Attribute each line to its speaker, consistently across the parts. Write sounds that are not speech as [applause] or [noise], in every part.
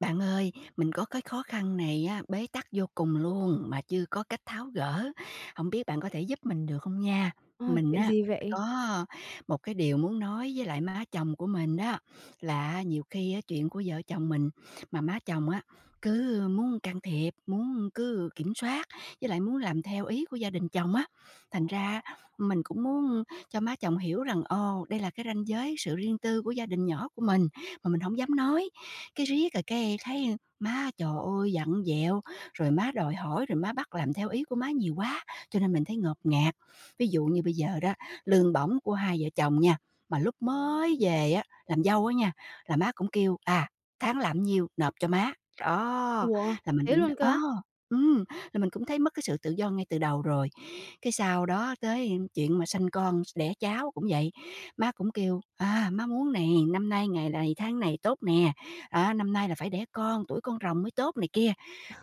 Speaker 1: Bạn ơi, mình có cái khó khăn này á, bế tắc vô cùng luôn mà chưa có cách tháo gỡ, không biết bạn có thể giúp mình được không nha?
Speaker 2: Ờ,
Speaker 1: Mình
Speaker 2: chuyện
Speaker 1: á,
Speaker 2: gì vậy?
Speaker 1: có một cái điều muốn nói với lại má chồng của mình đó, là nhiều khi á chuyện của vợ chồng mình mà má chồng á, cứ muốn can thiệp, muốn cứ kiểm soát, với lại muốn làm theo ý của gia đình chồng á. Thành ra mình cũng muốn cho má chồng hiểu rằng, ồ, đây là cái ranh giới sự riêng tư của gia đình nhỏ của mình, mà mình không dám nói. Cái riết rồi cái thấy má, trời ơi, vặn vẹo, rồi má đòi hỏi, rồi má bắt làm theo ý của má nhiều quá, cho nên mình thấy ngột ngạt. Ví dụ như bây giờ đó, lương bổng của hai vợ chồng nha, mà lúc mới về á, làm dâu á nha, là má cũng kêu: "À, tháng làm nhiêu nộp cho má." Đó,
Speaker 2: Ủa,
Speaker 1: là mình
Speaker 2: thế
Speaker 1: cũng
Speaker 2: luôn cơ á?
Speaker 1: ừm là mình cũng thấy mất cái sự tự do ngay từ đầu rồi. Cái sau đó tới chuyện mà sanh con, đẻ cháu cũng vậy, má cũng kêu: "À, má muốn nè, năm nay ngày này tháng này tốt nè, á, năm nay là phải đẻ con, tuổi con rồng mới tốt" này kia.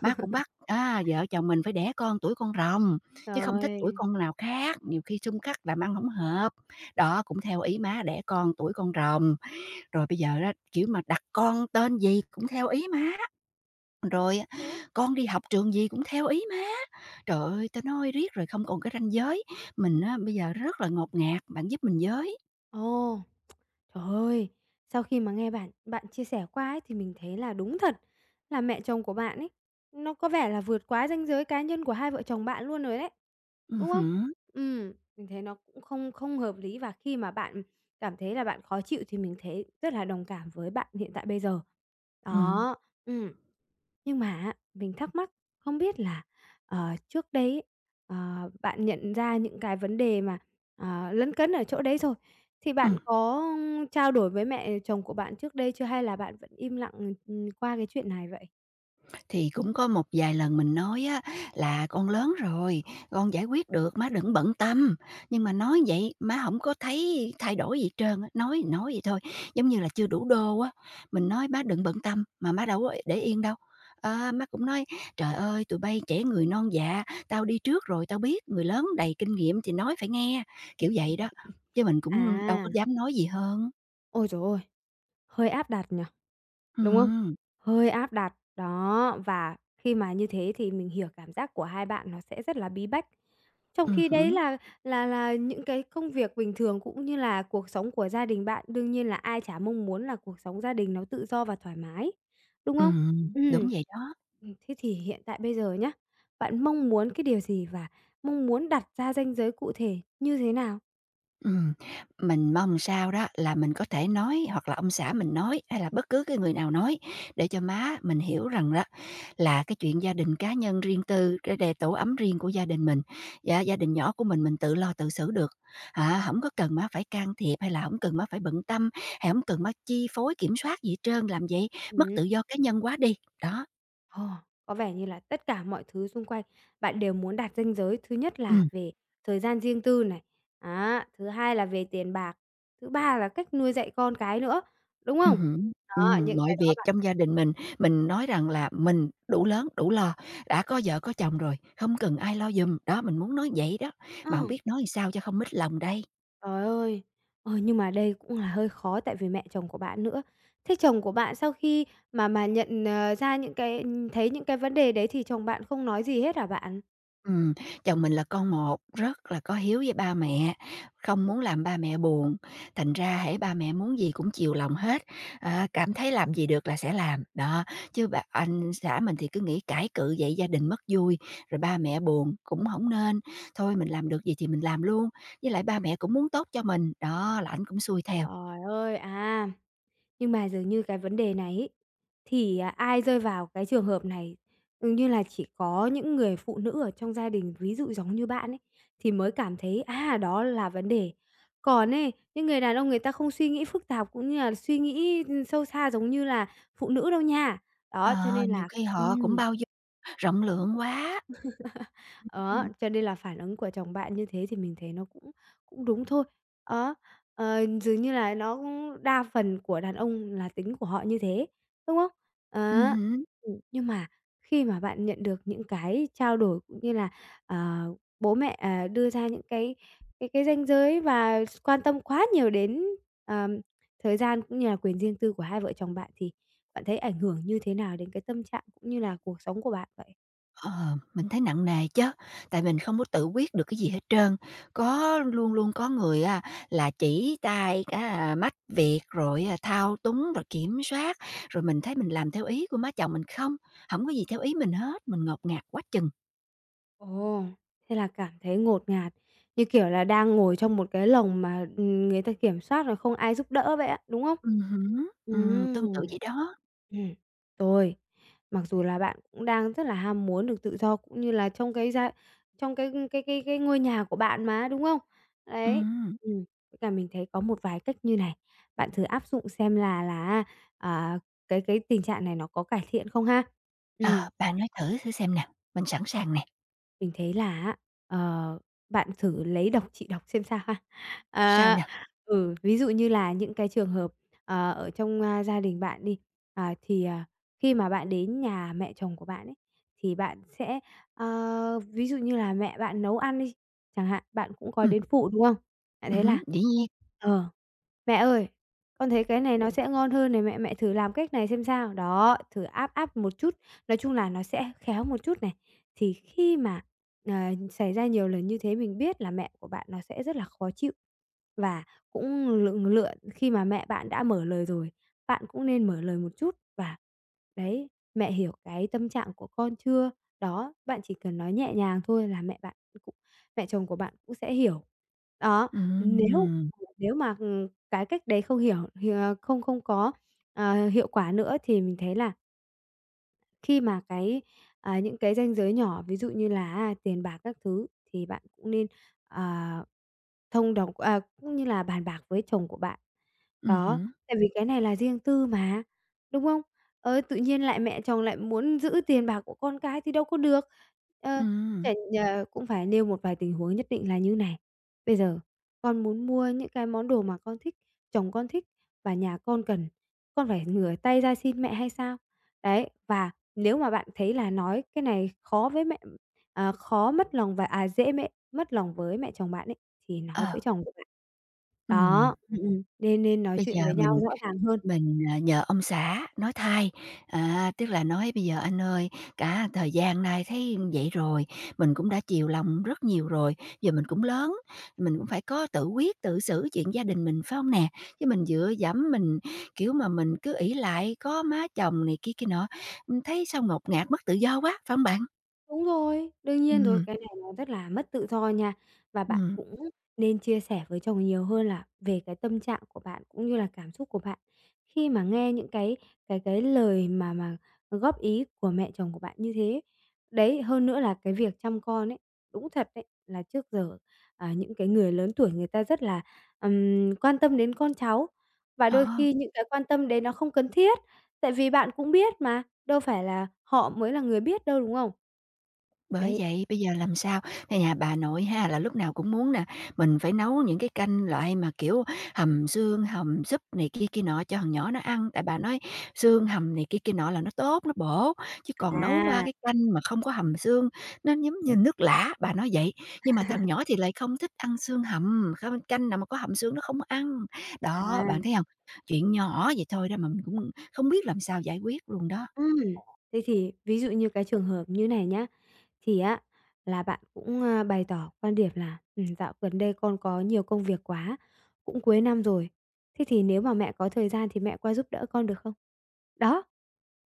Speaker 1: Má cũng bắt, á, vợ chồng mình phải đẻ con tuổi con rồng, chứ không thích tuổi
Speaker 2: Trời!
Speaker 1: con nào khác, nhiều khi xung khắc làm ăn không hợp. Đó, cũng theo ý má đẻ con tuổi con rồng, rồi bây giờ đó kiểu mà đặt con tên gì cũng theo ý má.
Speaker 2: Ơ,
Speaker 1: Rồi á,
Speaker 2: thế á?
Speaker 1: con đi học trường gì cũng theo ý má. Trời ơi, tao nói riết rồi không còn cái ranh giới, mình á bây giờ rất là ngột ngạt, bạn giúp mình với.
Speaker 2: Ồ! Trời ơi, sau khi mà nghe bạn bạn chia sẻ qua ấy thì mình thấy là đúng thật là mẹ chồng của bạn ấy, nó có vẻ là vượt quá ranh giới cá nhân của hai vợ chồng bạn luôn rồi đấy, đúng không?
Speaker 1: Hứm,
Speaker 2: Mình thấy nó cũng không không hợp lý và khi mà bạn cảm thấy là bạn khó chịu thì mình thấy rất là đồng cảm với bạn hiện tại bây giờ.
Speaker 1: ừm,
Speaker 2: Đó, ừm. Nhưng mà á, mình thắc mắc không biết là, trước đây ấy, bạn nhận ra những cái vấn đề mà à, lấn cấn ở chỗ đấy rồi. Thì bạn
Speaker 1: ừm.
Speaker 2: có trao đổi với mẹ chồng của bạn trước đây chưa hay là bạn vẫn im lặng, qua cái chuyện này vậy?
Speaker 1: Thì cũng có một vài lần mình nói á là "Con lớn rồi, con giải quyết được, má đừng bận tâm." Nhưng mà nói vậy má không có thấy thay đổi gì hết trơn á, nói thì nói vậy thôi, giống như là chưa đủ đô á. Mình nói "Má đừng bận tâm" mà má đâu có để yên đâu. Ờ, má cũng nói "Trời ơi, tụi bay trẻ người non dạ, tao đi trước rồi, tao biết, người lớn đầy kinh nghiệm thì nói phải nghe." Kiểu vậy đó, chứ mình cũng đâu
Speaker 2: À,
Speaker 1: có dám nói gì hơn.
Speaker 2: ôi trời ơi, hơi áp đặt nhỉ? Đúng không?
Speaker 1: Ừm,
Speaker 2: Hơi áp đặt, đó, và khi mà như thế thì mình hiểu cảm giác của hai bạn nó sẽ rất là bí bách. Trong khi đấy
Speaker 1: hứm,
Speaker 2: là là những cái công việc bình thường cũng như là cuộc sống của gia đình bạn, đương nhiên là ai chả mong muốn là cuộc sống gia đình nó tự do và thoải mái, đúng không? Ừm.
Speaker 1: đúng vậy đó.
Speaker 2: Thế thì hiện tại bây giờ nhá, bạn mong muốn cái điều gì và mong muốn đặt ra ranh giới cụ thể như thế nào?
Speaker 1: Ừm, mình mong sao đó là mình có thể nói hoặc là ông xã mình nói, hay là bất cứ cái người nào nói để cho má mình hiểu rằng đó là cái chuyện gia đình cá nhân riêng tư, cái đề tổ ấm riêng của gia đình mình, dạ, gia đình nhỏ của mình tự lo tự xử được, hả? Không có cần má phải can thiệp, hay là không cần má phải bận tâm, hay không cần má chi phối, kiểm soát gì hết trơn, làm vậy mất tự do cá nhân quá đi, đó,
Speaker 2: Ồ, có vẻ như là tất cả mọi thứ xung quanh bạn đều muốn đạt ranh giới. Thứ nhất là
Speaker 1: ừm.
Speaker 2: về thời gian riêng tư này, á, thứ hai là về tiền bạc, thứ ba là cách nuôi dạy con cái nữa, đúng không?
Speaker 1: Hứm.
Speaker 2: Đó, những
Speaker 1: Mọi
Speaker 2: cái đó
Speaker 1: việc
Speaker 2: bạn
Speaker 1: trong gia đình mình nói rằng là mình đủ lớn, đủ lo, đã có vợ có chồng rồi, không cần ai lo giùm, đó, mình muốn nói vậy đó,
Speaker 2: ờ,
Speaker 1: mà hổng biết nói sao cho không mích lòng đây.
Speaker 2: trời ơi! Ờ, nhưng mà đây cũng là hơi khó tại vì mẹ chồng của bạn nữa. Thế chồng của bạn sau khi mà nhận, ra những cái thấy những cái vấn đề đấy thì chồng bạn không nói gì hết hả bạn?
Speaker 1: Ừm, chồng mình là con một, rất là có hiếu với ba mẹ, không muốn làm ba mẹ buồn, thành ra hễ ba mẹ muốn gì cũng chiều lòng hết, à, cảm thấy làm gì được là sẽ làm. Đó, chứ bà anh xã mình thì cứ nghĩ cãi cự vậy gia đình mất vui, rồi ba mẹ buồn cũng không nên, thôi mình làm được gì thì mình làm luôn, với lại ba mẹ cũng muốn tốt cho mình, đó, là ảnh cũng xuôi theo.
Speaker 2: Trời ơi, à! Nhưng mà dường như cái vấn đề này ấy, thì, à, ai rơi vào cái trường hợp này, dường như là chỉ có những người phụ nữ ở trong gia đình, ví dụ giống như bạn ấy, thì mới cảm thấy, à, đó là vấn đề. Còn ấy, những người đàn ông người ta không suy nghĩ phức tạp cũng như là suy nghĩ, ừ, sâu xa giống như là phụ nữ đâu nha.
Speaker 1: Ờ,
Speaker 2: Đó, cho nên
Speaker 1: nhiều
Speaker 2: là
Speaker 1: khi họ cũng
Speaker 2: ừm.
Speaker 1: bao dung rộng lượng quá.
Speaker 2: [laughs] Đó,
Speaker 1: Ừm,
Speaker 2: cho nên là phản ứng của chồng bạn như thế thì mình thấy nó cũng cũng đúng thôi. Đó, ờ, dường như là nó cũng đa phần của đàn ông là tính của họ như thế, đúng không? Đó,
Speaker 1: ừm.
Speaker 2: nhưng mà khi mà bạn nhận được những cái trao đổi cũng như là, ờ, bố mẹ, à, đưa ra những cái cái ranh giới và quan tâm quá nhiều đến, ờm, thời gian cũng như là quyền riêng tư của hai vợ chồng bạn thì bạn thấy ảnh hưởng như thế nào đến cái tâm trạng cũng như là cuộc sống của bạn vậy?
Speaker 1: Ờ, mình thấy nặng nề chứ, tại mình không có tự quyết được cái gì hết trơn. Có luôn luôn có người á là chỉ tay á mách việc, rồi á thao túng, rồi kiểm soát, rồi mình thấy mình làm theo ý của má chồng mình không, không có gì theo ý mình hết, mình ngột ngạt quá chừng.
Speaker 2: Ồ, thế là cảm thấy ngột ngạt, như kiểu là đang ngồi trong một cái lồng mà, người ta kiểm soát rồi không ai giúp đỡ vậy á, đúng không?
Speaker 1: Hứm, tương tự
Speaker 2: Ừm.
Speaker 1: vậy đó.
Speaker 2: Ừm, rồi, mặc dù là bạn cũng đang rất là ham muốn được tự do cũng như là trong cái gia trong cái ngôi nhà của bạn mà, đúng không? Đấy,
Speaker 1: Ừm,
Speaker 2: ừm, với cả mình thấy có một vài cách như này, bạn thử áp dụng xem là à, cái tình trạng này nó có cải thiện không ha. Ừ.
Speaker 1: ờ, bạn nói thử thử xem nè, mình sẵn sàng nè,
Speaker 2: Mình thấy là á, ờ, bạn thử lấy đọc chị đọc xem sao ha.
Speaker 1: sao
Speaker 2: À,
Speaker 1: nè?
Speaker 2: ừ, ví dụ như là những cái trường hợp, ờ, ở trong, a, gia đình bạn đi, à, thì, à, khi mà bạn đến nhà mẹ chồng của bạn ấy, thì bạn sẽ, ờ, ví dụ như là mẹ bạn nấu ăn đi, chẳng hạn, bạn cũng có
Speaker 1: Ừm,
Speaker 2: đến phụ, đúng không? Bạn thấy
Speaker 1: hứm,
Speaker 2: là
Speaker 1: dĩ nhiên.
Speaker 2: ờ. Mẹ ơi, con thấy cái này nó sẽ ngon hơn này mẹ, mẹ thử làm cách này xem sao. Đó, thử áp áp một chút, nói chung là nó sẽ khéo một chút này. Thì khi mà, ờ, xảy ra nhiều lần như thế mình biết là mẹ của bạn nó sẽ rất là khó chịu. Và cũng lượng lựa khi mà mẹ bạn đã mở lời rồi, bạn cũng nên mở lời một chút và đấy, mẹ hiểu cái tâm trạng của con chưa? Đó, bạn chỉ cần nói nhẹ nhàng thôi là mẹ bạn cũng mẹ chồng của bạn cũng sẽ hiểu. Đó, nếu
Speaker 1: Ừm,
Speaker 2: nếu mà, ừ, cái cách đấy không hiểu hiểu không không có, hiệu quả nữa thì mình thấy là khi mà cái, à, những cái ranh giới nhỏ, ví dụ như là à, tiền bạc các thứ thì bạn cũng nên, ờ, thông đồng à, cũng như là bàn bạc với chồng của bạn. Đó,
Speaker 1: hứm,
Speaker 2: tại vì cái này là riêng tư mà, đúng không? Ờ, tự nhiên lại mẹ chồng lại muốn giữ tiền bạc của con cái thì đâu có được. Ờ,
Speaker 1: ừm.
Speaker 2: phải ờ, cũng phải nêu một vài tình huống nhất định là như này: "Bây giờ con muốn mua những cái món đồ mà con thích, chồng con thích và nhà con cần, con phải ngửa tay ra xin mẹ hay sao?" Đấy, và nếu mà bạn thấy là nói cái này khó với mẹ à, khó mất lòng và à, dễ mẹ mất lòng với mẹ chồng bạn ấy, thì nói với
Speaker 1: Ờ,
Speaker 2: chồng của bạn.
Speaker 1: ừm,
Speaker 2: Đó, nên nên nói
Speaker 1: bây giờ
Speaker 2: chuyện với nhau
Speaker 1: mình
Speaker 2: rõ ràng hơn.
Speaker 1: Mình, à, nhờ ông xã nói thay, à, tức là nói: "Bây giờ anh ơi, cả thời gian nay thấy vậy rồi, mình cũng đã chiều lòng rất nhiều rồi, giờ mình cũng lớn, mình cũng phải có tự quyết, tự xử chuyện gia đình mình, phải không nè? Chứ mình dựa dẫm mình, kiểu, mà mình cứ ỷ lại có má chồng này kia kia nọ, thấy sao ngột ngạt, mất tự do quá." Phải hông bạn?
Speaker 2: Đúng rồi, đương nhiên rồi,
Speaker 1: Ừ,
Speaker 2: cái này nó rất là mất tự do nha. Và bạn
Speaker 1: ừ.
Speaker 2: cũng nên chia sẻ với chồng nhiều hơn là về cái tâm trạng của bạn cũng như là cảm xúc của bạn. Khi mà nghe những cái lời mà góp ý của mẹ chồng của bạn như thế đấy, hơn nữa là cái việc chăm con ấy, đúng thật đấy, là trước giờ, à, những cái người lớn tuổi người ta rất là, quan tâm đến con cháu và đôi
Speaker 1: Ờ.
Speaker 2: khi những cái quan tâm đấy nó không cần thiết, tại vì bạn cũng biết mà, đâu phải là họ mới là người biết đâu, đúng không?
Speaker 1: Bởi
Speaker 2: Đấy,
Speaker 1: vậy, bây giờ làm sao? Cái nhà bà nội ha, là lúc nào cũng muốn nè, mình phải nấu những cái canh loại mà, kiểu, hầm xương, hầm súp này kia kia nọ cho thằng nhỏ nó ăn, tại bà nói xương hầm này kia kia nọ là nó tốt, nó bổ, chứ còn nấu ba
Speaker 2: à,
Speaker 1: cái canh mà không có hầm xương, nó giống như nước lã, bà nói vậy. Nhưng mà thằng nhỏ thì lại không thích ăn xương hầm, không canh nào mà có hầm xương nó không ăn. Đó, bạn
Speaker 2: à.
Speaker 1: thấy không? Chuyện nhỏ vậy thôi đó mà mình cũng không biết làm sao giải quyết luôn đó.
Speaker 2: Ừm, thế thì ví dụ như cái trường hợp như này nhá, thì á là bạn cũng, a, bày tỏ quan điểm là, "Dạo gần đây con có nhiều công việc quá, cũng cuối năm rồi, thế thì nếu mà mẹ có thời gian thì mẹ qua giúp đỡ con được không?" Đó,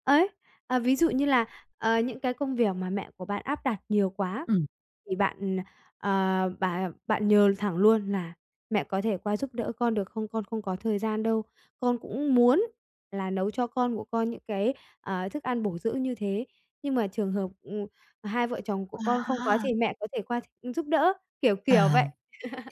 Speaker 2: ấy, à, ví dụ như là, ờ, những cái công việc mà mẹ của bạn áp đặt nhiều quá
Speaker 1: Ừm.
Speaker 2: thì bạn, ờ, bà bạn nhờ thẳng luôn là "Mẹ có thể qua giúp đỡ con được không? Con không có thời gian đâu. Con cũng muốn là nấu cho con của con những cái à, thức ăn bổ dưỡng như thế. Nhưng mà trường hợp, hai vợ chồng của
Speaker 1: À
Speaker 2: con không có
Speaker 1: ha.
Speaker 2: thì mẹ có thể qua giúp đỡ, kiểu,
Speaker 1: Ờ.
Speaker 2: kiểu vậy.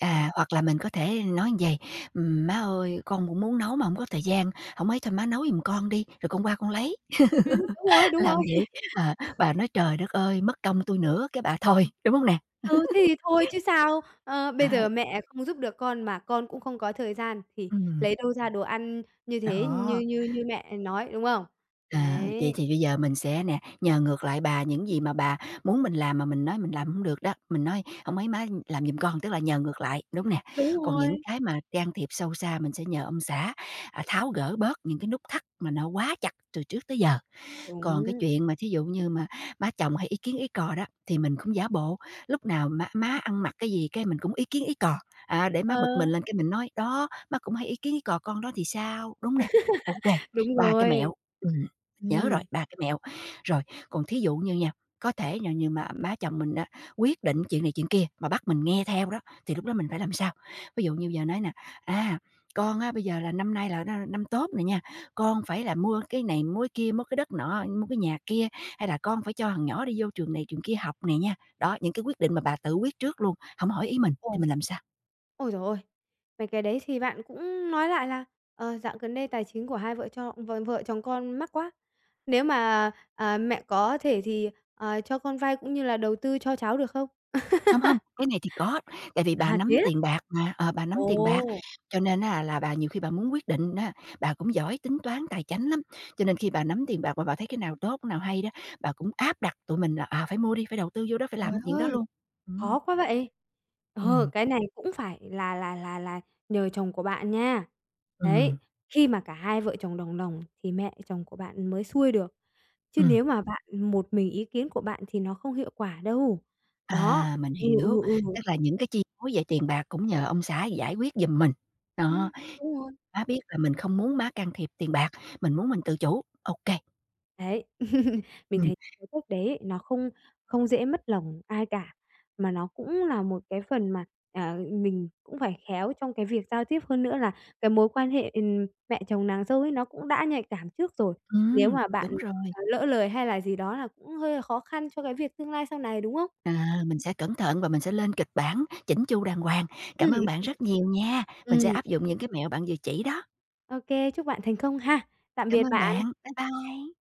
Speaker 1: À, hoặc là mình có thể nói vầy: má ơi, con cũng muốn nấu mà hổng có thời gian, hổng ấy thôi má nấu giùm con đi, rồi con qua con lấy."
Speaker 2: Đúng rồi,
Speaker 1: [laughs]
Speaker 2: đúng rồi.
Speaker 1: Làm vậy,
Speaker 2: [laughs]
Speaker 1: ờ, bà nói: "Trời đất ơi, mất công tôi nữa", cái bà thôi, đúng không nè?
Speaker 2: Ừ, thế thì thôi chứ sao. Ờ,
Speaker 1: Ờ,
Speaker 2: bây giờ mẹ không giúp được con mà con cũng không có thời gian thì
Speaker 1: ừm,
Speaker 2: lấy đâu ra đồ ăn như thế,
Speaker 1: đó,
Speaker 2: như như như mẹ nói, đúng không?
Speaker 1: ờ,
Speaker 2: Đấy,
Speaker 1: vậy thì bây giờ mình sẽ nè, nhờ ngược lại bà những gì mà bà muốn mình làm mà mình nói mình làm không được đó, mình nói: "Hổng ấy má làm giùm con", tức là nhờ ngược lại, đúng nè?
Speaker 2: đúng
Speaker 1: Còn những
Speaker 2: rồi,
Speaker 1: cái mà can thiệp sâu xa mình sẽ nhờ ông xã, à, tháo gỡ bớt những cái nút thắt mà nó quá chặt từ trước tới giờ. Còn cái
Speaker 2: đúng.
Speaker 1: chuyện mà thí dụ như mà má chồng hay ý kiến ý cò đó, thì mình cũng giả bộ, lúc nào má má ăn mặc cái gì cái mình cũng ý kiến ý cò, à, để
Speaker 2: Ờ,
Speaker 1: má bực mình lên cái mình nói: "Đó, má cũng hay ý kiến ý cò con đó thì sao?" Đúng nè, ok
Speaker 2: đúng
Speaker 1: 3 cái
Speaker 2: rồi.
Speaker 1: mẹo, ừm, nhớ rồi,
Speaker 2: Ừm.
Speaker 1: 3 cái mẹo. Rồi, còn thí dụ như nha, có thể nào như mà má chồng mình á, quyết định chuyện này chuyện kia mà bắt mình nghe theo đó, thì lúc đó mình phải làm sao? Ví dụ như giờ nói nè: "À, con á bây giờ là năm nay là nó năm Tốt này nha, con phải là mua cái này, mua cái kia, mua cái đất nọ, mua cái nhà kia, hay là con phải cho thằng nhỏ đi vô trường này trường kia học này nha. Đó, những cái quyết định mà bà tự quyết trước luôn, không hỏi ý mình thì
Speaker 2: Ồ,
Speaker 1: mình làm sao?
Speaker 2: ôi trời ơi! Mấy cái đấy thì bạn cũng nói lại là, ờ, dạo gần đây tài chính của hai vợ chồng vợ vợ chồng con mắc quá. Nếu mà, à, mẹ có thể thì, ờ, cho con vay cũng như là đầu tư cho cháu được không?
Speaker 1: Hông, không cái này thì có, tại vì bà
Speaker 2: À, thế
Speaker 1: nắm
Speaker 2: á?
Speaker 1: tiền bạc mà, ờ, bà nắm tiền bạc,
Speaker 2: Ồ!
Speaker 1: cho nên á là bà nhiều khi bà muốn quyết định á, bà cũng giỏi tính toán tài chánh lắm, cho nên khi bà nắm tiền bạc mà bà thấy cái nào tốt, cái nào hay đó, bà cũng áp đặt tụi mình là, à, phải mua đi, phải đầu tư vô đó, phải
Speaker 2: Trời
Speaker 1: làm chuyện đó
Speaker 2: ơi,
Speaker 1: luôn. Ừm,
Speaker 2: khó quá vậy! Ờ,
Speaker 1: ừm,
Speaker 2: cái này cũng phải là nhờ chồng của bạn nha.
Speaker 1: ừm,
Speaker 2: Đấy, khi mà cả hai vợ chồng đồng lòng thì mẹ chồng của bạn mới xuôi được, chứ
Speaker 1: ừm.
Speaker 2: nếu mà bạn một mình ý kiến của bạn thì nó không hiệu quả đâu. Đó.
Speaker 1: À, mình
Speaker 2: Ừ,
Speaker 1: hiểu,
Speaker 2: ừ, ừ.
Speaker 1: tức là những cái chi phối về tiền bạc cũng nhờ ông xã giải quyết giùm mình. Đó,
Speaker 2: Ừm. Đúng rồi.
Speaker 1: má biết là mình không muốn má can thiệp tiền bạc, mình muốn mình tự chủ. OK, kê,
Speaker 2: Đấy, [laughs] mình
Speaker 1: ừm,
Speaker 2: thấy cái cách đấy nó không không dễ mất lòng ai cả, mà nó cũng là một cái phần mà, à, mình cũng phải khéo trong cái việc giao tiếp hơn nữa là cái mối quan hệ, mẹ chồng nàng dâu ấy nó cũng đã nhạy cảm trước rồi. Nếu mà bạn,
Speaker 1: đúng rồi.
Speaker 2: à, lỡ lời hay là gì đó là cũng hơi là khó khăn cho cái việc tương lai sau này, đúng không?
Speaker 1: À, mình sẽ cẩn thận và mình sẽ lên kịch bản chỉnh chu đàng hoàng. Cảm ơn bạn
Speaker 2: Ừ,
Speaker 1: rất nhiều nha, mình sẽ
Speaker 2: ừ,
Speaker 1: áp dụng những cái mẹo bạn vừa chỉ đó.
Speaker 2: OK, chúc bạn thành công ha. Tạm biệt
Speaker 1: Cảm ơn
Speaker 2: bạn.
Speaker 1: bạn, bye bye.